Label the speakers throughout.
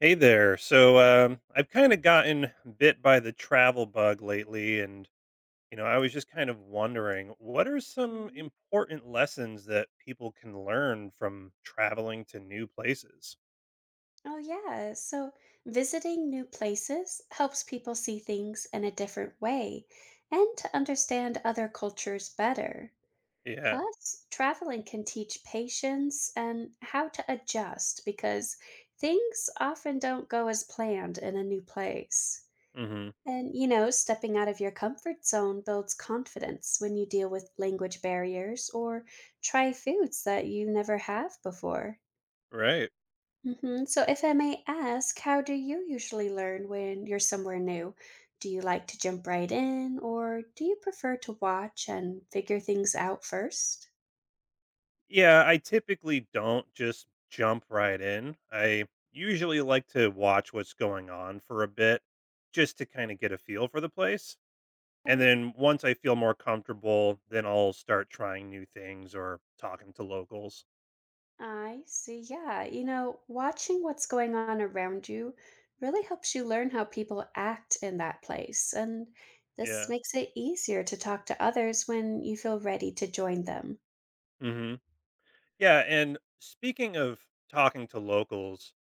Speaker 1: Hey there. I've kind of gotten bit by the travel bug lately, and I was just kind of wondering, what are some
Speaker 2: Mm.
Speaker 1: important lessons that people can learn from traveling to new places?
Speaker 2: Oh, yeah. So visiting new places helps people see things in a different way and to understand other cultures better.
Speaker 1: Yeah.
Speaker 2: Plus, traveling can teach patience and how to adjust because things often don't go as planned in a new place.
Speaker 1: Hmm.
Speaker 2: And, you know, stepping out of your comfort zone builds confidence when you deal with language barriers or try foods that you never have before.
Speaker 1: Right.
Speaker 2: So, if I may ask, how do you usually learn when you're somewhere new? Do you like to jump right in, or do you prefer to watch and figure things out first?
Speaker 1: Yeah, I typically don't just jump right in. I usually like to watch what's going on for a bit just to kind of get a feel for the place. And
Speaker 2: Okay,
Speaker 1: then once I feel more comfortable, then I'll start trying new things or talking to locals.
Speaker 2: I see. Yeah, you know, watching what's going on around you really helps you learn how people act in that place. And this
Speaker 1: Yeah.
Speaker 2: makes it easier to talk to others when you feel ready to join them.
Speaker 1: Hmm. Yeah. And speaking of talking to locals,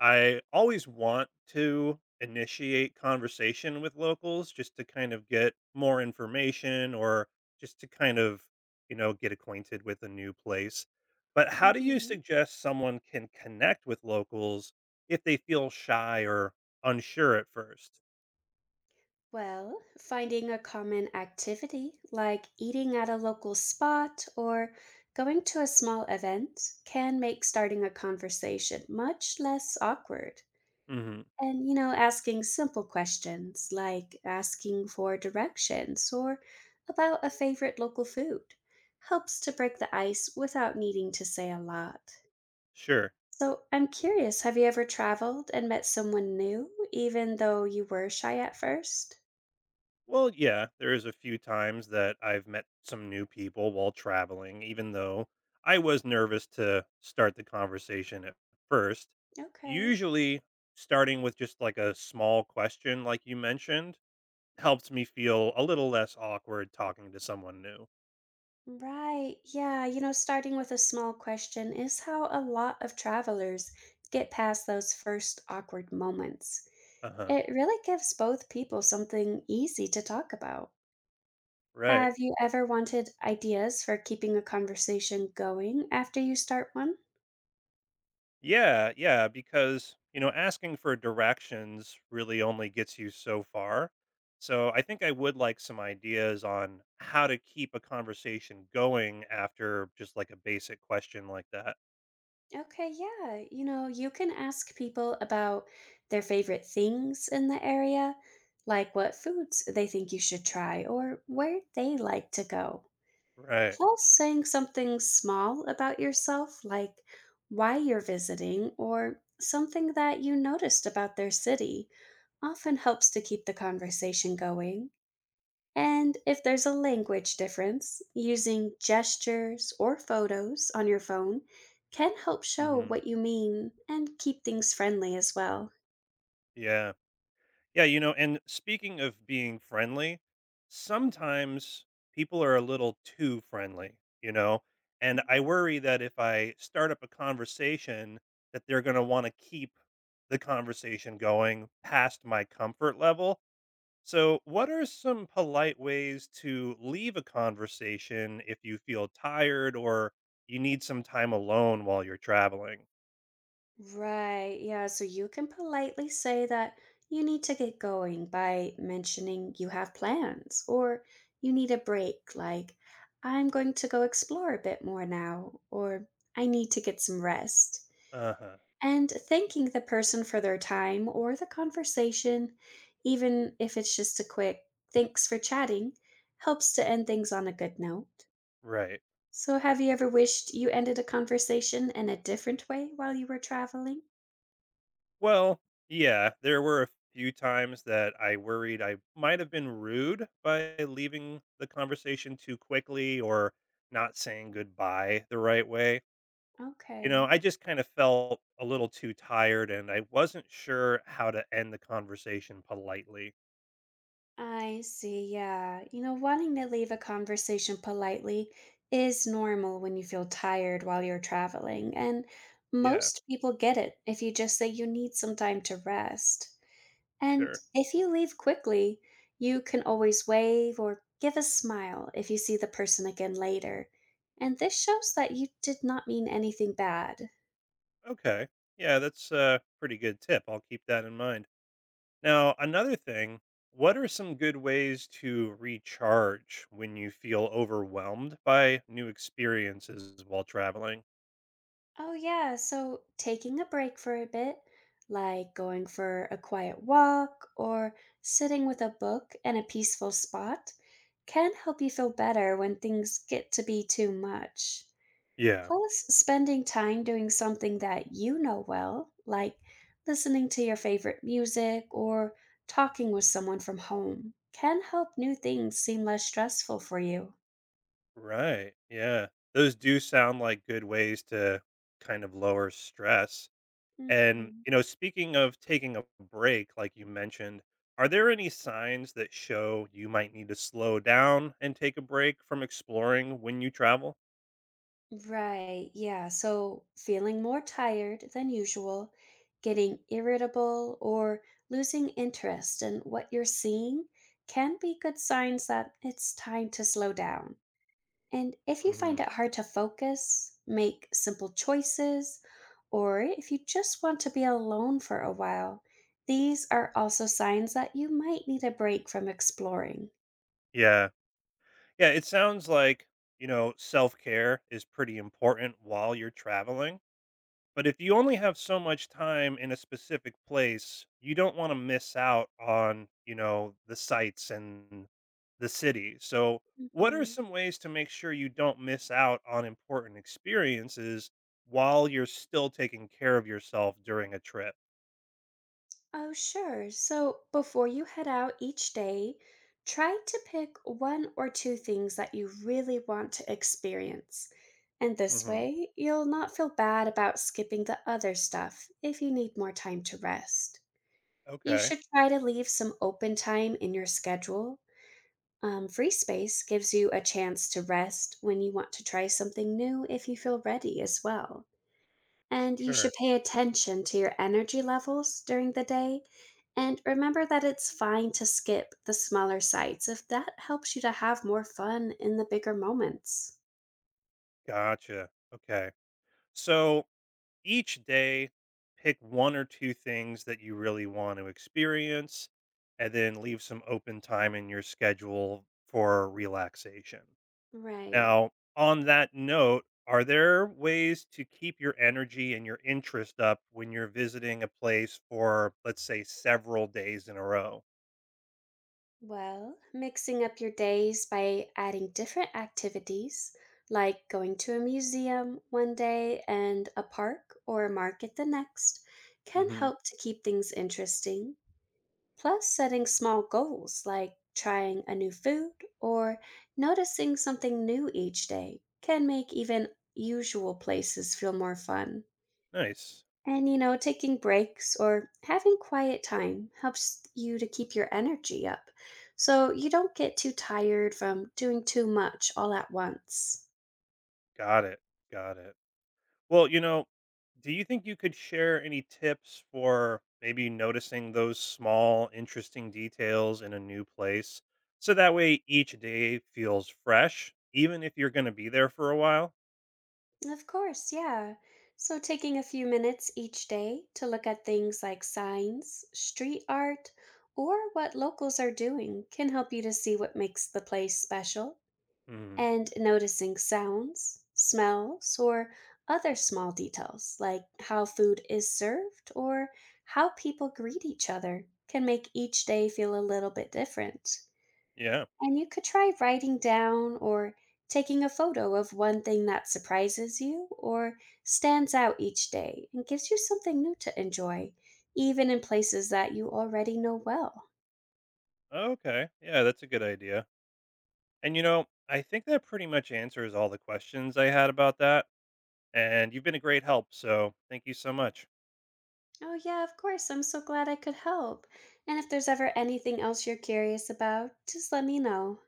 Speaker 1: I always want to initiate conversation with locals just to kind of get more information or just to kind of, get acquainted with a new place. But how do you
Speaker 2: hmm
Speaker 1: suggest someone can connect with locals if they feel shy or unsure at first?
Speaker 2: Well, finding a common activity like eating at a local spot or going to a small event can make starting a conversation much less awkward. And, you know, asking simple questions like asking for directions or about a favorite local food helps to break the ice without needing to say a lot.
Speaker 1: Sure.
Speaker 2: So, I'm curious, have you ever traveled and met someone new, even though you were shy at first?
Speaker 1: Well, yeah, there is a few times that I've met some new people while traveling, even though I was nervous to start the conversation at first.
Speaker 2: Okay.
Speaker 1: Usually, starting with just like a small question, like you mentioned, helps me feel a little less awkward talking to someone new.
Speaker 2: Right. Yeah. You know, starting with a small question is how a lot of travelers get past those first awkward moments.
Speaker 1: Uh huh.
Speaker 2: It really gives both people something easy to talk about.
Speaker 1: Right.
Speaker 2: Have you ever wanted ideas for keeping a conversation going after you start one?
Speaker 1: Yeah, yeah, because, asking for directions really only gets you so far. So I think I would like some ideas on how to keep a conversation going after just like a basic question like that.
Speaker 2: Okay, yeah. You know, you can ask people about their favorite things in the area, like what foods they think you should try or where they like to go.
Speaker 1: Right.
Speaker 2: Plus, saying something small about yourself, like why you're visiting or something that you noticed about their city, often helps to keep the conversation going. And if there's a language difference, using gestures or photos on your phone can help show
Speaker 1: Hmm.
Speaker 2: what you mean and keep things friendly as well.
Speaker 1: Yeah. Yeah, you know, and speaking of being friendly, sometimes people are a little too friendly, you know, and I worry that if I start up a conversation that they're going to want to keep the conversation going past my comfort level. So, what are some polite ways to leave a conversation if you feel tired or you need some time alone while you're traveling?
Speaker 2: Right, yeah. So you can politely say that you need to get going by mentioning you have plans or you need a break, like, I'm going to go explore a bit more now, or I need to get some rest.
Speaker 1: Uh huh.
Speaker 2: And thanking the person for their time or the conversation, even if it's just a quick thanks for chatting, helps to end things on a good note.
Speaker 1: Right.
Speaker 2: So, have you ever wished you ended a conversation in a different way while you were traveling?
Speaker 1: Well, yeah, there were a few times that I worried I might have been rude by leaving the conversation too quickly or not saying goodbye the right way. You know,
Speaker 2: Okay.
Speaker 1: I just kind of felt a little too tired and I wasn't sure how to end the conversation politely.
Speaker 2: I see, yeah. You know, wanting to leave a conversation politely is normal when you feel tired while you're traveling, and
Speaker 1: Yeah,
Speaker 2: most people get it if you just say you need some time to rest. And
Speaker 1: sure.
Speaker 2: if you leave quickly, you can always wave or give a smile if you see the person again later. And this shows that you did not mean anything bad.
Speaker 1: Okay. Yeah, that's a pretty good tip. I'll keep that in mind. Now, another thing, what are some good ways to recharge when you feel overwhelmed by new experiences while traveling?
Speaker 2: Oh, yeah. So taking a break for a bit, like going for a quiet walk or sitting with a book in a peaceful spot, can help you feel better when things get to be too much.
Speaker 1: Yeah,
Speaker 2: Plus, spending time doing something that you know well, like listening to your favorite music or talking with someone from home, can help new things seem less stressful for you.
Speaker 1: right. Yeah. Those do sound like good ways to kind of lower stress. And,
Speaker 2: Mhm.
Speaker 1: you know, speaking of taking a break, like you mentioned, are there any signs that show you might need to slow down and take a break from exploring when you travel?
Speaker 2: Right, yeah. So feeling more tired than usual, getting irritable, or losing interest in what you're seeing can be good signs that it's time to slow down. And if you
Speaker 1: Hmm.
Speaker 2: find it hard to focus, make simple choices, or if you just want to be alone for a while, these are also signs that you might need a break from exploring.
Speaker 1: Yeah. Yeah. It sounds like, you know, self care is pretty important while you're traveling. But if you only have so much time in a specific place, you don't want to miss out on, you know, the sights and the city. So, what are
Speaker 2: Mhm.
Speaker 1: some ways to make sure you don't miss out on important experiences while you're still taking care of yourself during a trip?
Speaker 2: Oh, sure. So before you head out each day, try to pick one or two things that you really want to experience. And this
Speaker 1: Hmm.
Speaker 2: way, you'll not feel bad about skipping the other stuff if you need more time to rest. You
Speaker 1: Okay,
Speaker 2: should try to leave some open time in your schedule. Free space gives you a chance to rest when you want to try something new if you feel ready as well. And you should
Speaker 1: sure.
Speaker 2: pay attention to your energy levels during the day. And remember that it's fine to skip the smaller sites if that helps you to have more fun in the bigger moments.
Speaker 1: Gotcha. Okay. So, each day pick one or two things that you really want to experience and then leave some open time in your schedule for relaxation.
Speaker 2: Right.
Speaker 1: Now, on that note, are there ways to keep your energy and your interest up when you're visiting a place for, let's say, several days in a row?
Speaker 2: Well, mixing up your days by adding different activities, like going to a museum one day and a park or a market the next, can
Speaker 1: Hmm.
Speaker 2: help to keep things interesting. Plus, setting small goals like trying a new food or noticing something new each day can make even usual places feel more fun.
Speaker 1: Nice.
Speaker 2: And you know, taking breaks or having quiet time helps you to keep your energy up so you don't get too tired from doing too much all at once.
Speaker 1: Got it. Got it. Well, you know, do you think you could share any tips for maybe noticing those small, interesting details in a new place? So that way each day feels fresh, even if you're going to be there for a while?
Speaker 2: Of course, yeah. So, taking a few minutes each day to look at things like signs, street art, or what locals are doing can help you to see what makes the place special.
Speaker 1: Hmm.
Speaker 2: And noticing sounds, smells, or other small details like how food is served or how people greet each other can make each day feel a little bit different.
Speaker 1: Yeah.
Speaker 2: And you could try writing down or taking a photo of one thing that surprises you or stands out each day and gives you something new to enjoy, even in places that you already know well.
Speaker 1: Okay. Yeah, that's a good idea. And, you know, I think that pretty much answers all the questions I had about that. And you've been a great help. So thank you so much.
Speaker 2: Oh, yeah, of course. I'm so glad I could help. And if there's ever anything else you're curious about, just let me know.